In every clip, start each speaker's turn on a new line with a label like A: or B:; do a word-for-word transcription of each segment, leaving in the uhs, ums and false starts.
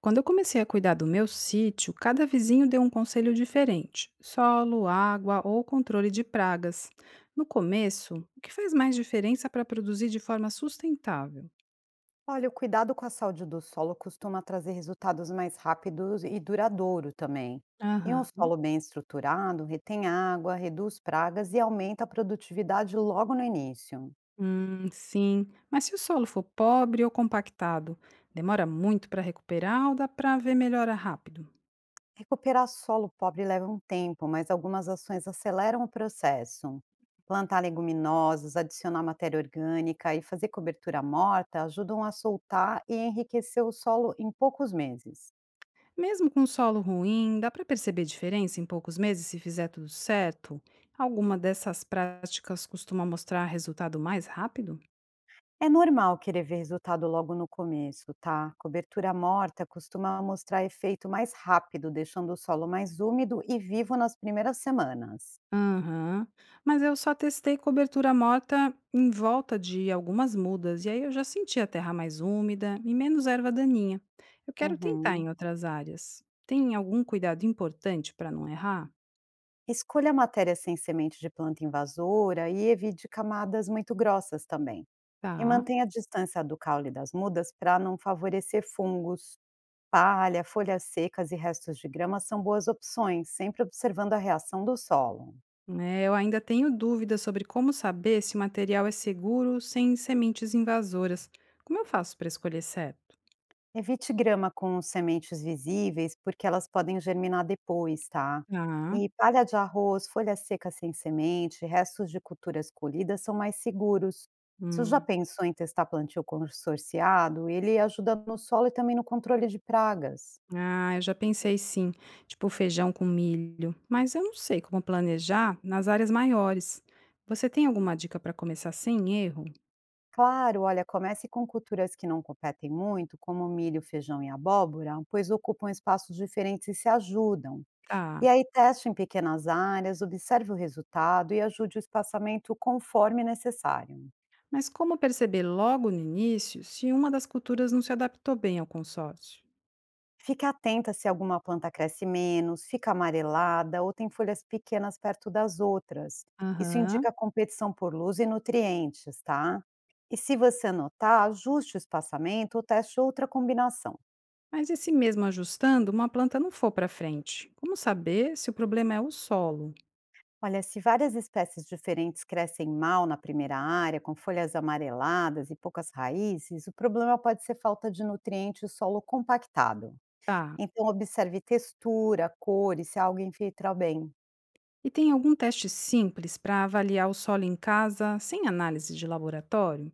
A: Quando eu comecei a cuidar do meu sítio, cada vizinho deu um conselho diferente: solo, água ou controle de pragas. No começo, o que faz mais diferença para produzir de forma sustentável?
B: Olha, o cuidado com a saúde do solo costuma trazer resultados mais rápidos e duradouro também. E um
A: Aham.
B: solo bem estruturado retém água, reduz pragas e aumenta a produtividade logo no início.
A: Hum, sim. Mas se o solo for pobre ou compactado, demora muito para recuperar ou dá para ver melhora rápido?
B: Recuperar solo pobre leva um tempo, mas algumas ações aceleram o processo. Plantar leguminosas, adicionar matéria orgânica e fazer cobertura morta ajudam a soltar e enriquecer o solo em poucos meses.
A: Mesmo com um solo ruim, dá para perceber diferença em poucos meses se fizer tudo certo? Alguma dessas práticas costuma mostrar resultado mais rápido?
B: É normal querer ver resultado logo no começo, tá? Cobertura morta costuma mostrar efeito mais rápido, deixando o solo mais úmido e vivo nas primeiras semanas.
A: Aham. Mas eu só testei cobertura morta em volta de algumas mudas, e aí eu já senti a terra mais úmida e menos erva daninha. Eu quero tentar
B: Uhum.
A: em outras áreas. Tem algum cuidado importante para não errar?
B: Escolha matéria sem semente de planta invasora e evite camadas muito grossas também. E
A: Tá.
B: mantenha a distância do caule das mudas para não favorecer fungos. Palha, folhas secas e restos de grama são boas opções, sempre observando a reação do solo.
A: É, eu ainda tenho dúvidas sobre como saber se o material é seguro sem sementes invasoras. Como eu faço para escolher certo?
B: Evite grama com sementes visíveis, porque elas podem germinar depois, tá?
A: Ah.
B: E palha de arroz, folha seca sem semente, restos de culturas colhidas são mais seguros. Você já pensou em testar plantio consorciado? Ele ajuda no solo e também no controle de pragas.
A: Ah, eu já pensei sim, tipo feijão com milho, mas eu não sei como planejar nas áreas maiores. Você tem alguma dica para começar sem erro?
B: Claro, olha, comece com culturas que não competem muito, como milho, feijão e abóbora, pois ocupam espaços diferentes e se ajudam.
A: Tá.
B: E aí teste em pequenas áreas, observe o resultado e ajude o espaçamento conforme necessário.
A: Mas como perceber logo no início se uma das culturas não se adaptou bem ao consórcio?
B: Fique atenta se alguma planta cresce menos, fica amarelada ou tem folhas pequenas perto das outras. Isso
A: Aham.
B: indica competição por luz e nutrientes, tá? E se você notar, ajuste o espaçamento ou teste outra combinação.
A: Mas e se mesmo ajustando, uma planta não for para frente? Como saber se o problema é o solo?
B: Olha, se várias espécies diferentes crescem mal na primeira área, com folhas amareladas e poucas raízes, o problema pode ser falta de nutrientes e solo compactado.
A: Tá.
B: Então observe textura, cor e se a água infiltra bem.
A: E tem algum teste simples para avaliar o solo em casa sem análise de laboratório?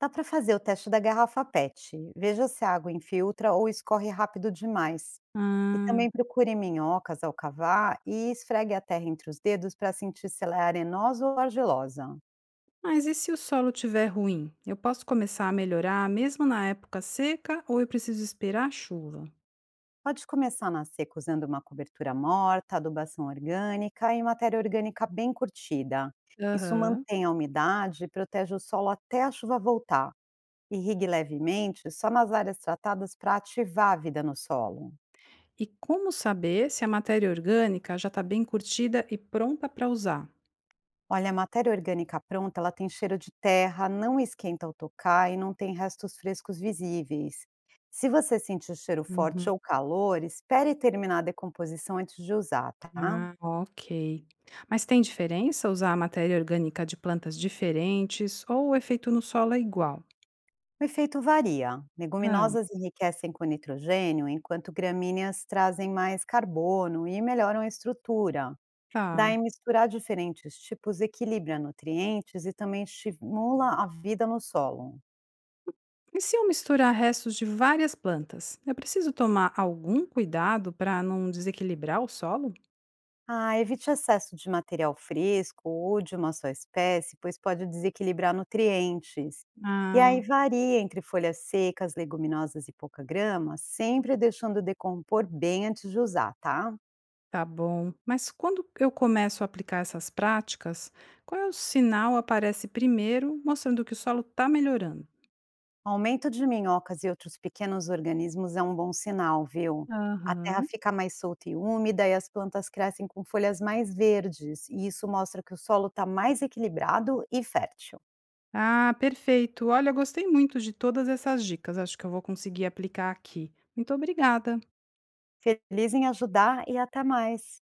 B: Dá para fazer o teste da garrafa P E T. Veja se a água infiltra ou escorre rápido demais. E
A: Ah.
B: também procure minhocas ao cavar e esfregue a terra entre os dedos para sentir se ela é arenosa ou argilosa.
A: Mas e se o solo tiver ruim? Eu posso começar a melhorar mesmo na época seca ou eu preciso esperar a chuva?
B: Pode começar na seca usando uma cobertura morta, adubação orgânica e matéria orgânica bem curtida. Isso
A: Aham.
B: mantém a umidade e protege o solo até a chuva voltar. Irrigue levemente só nas áreas tratadas para ativar a vida no solo.
A: E como saber se a matéria orgânica já está bem curtida e pronta para usar?
B: Olha, a matéria orgânica pronta, ela tem cheiro de terra, não esquenta ao tocar e não tem restos frescos visíveis. Se você sentir cheiro forte
A: Uhum.
B: ou calor, espere terminar a decomposição antes de usar, tá?
A: Ah, ok. Mas tem diferença usar a matéria orgânica de plantas diferentes ou o efeito no solo é igual?
B: O efeito varia.
A: Ah,
B: Leguminosas enriquecem com nitrogênio, enquanto gramíneas trazem mais carbono e melhoram a estrutura.
A: tá.
B: Daí misturar diferentes tipos equilibra nutrientes e também estimula a vida no solo.
A: E se eu misturar restos de várias plantas? Eu preciso tomar algum cuidado para não desequilibrar o solo?
B: Ah, evite excesso de material fresco ou de uma só espécie, pois pode desequilibrar nutrientes. E aí
A: Ah.
B: varia entre folhas secas, leguminosas e pouca grama, sempre deixando decompor bem antes de usar, tá?
A: Tá bom. Mas quando eu começo a aplicar essas práticas, qual é o sinal aparece primeiro, mostrando que o solo está melhorando?
B: Aumento de minhocas e outros pequenos organismos é um bom sinal, viu? A terra
A: Aham.
B: fica mais solta e úmida e as plantas crescem com folhas mais verdes, e isso mostra que o solo está mais equilibrado e fértil.
A: Ah, perfeito. Olha, eu gostei muito de todas essas dicas. Acho que eu vou conseguir aplicar aqui. Muito obrigada.
B: Feliz em ajudar e até mais!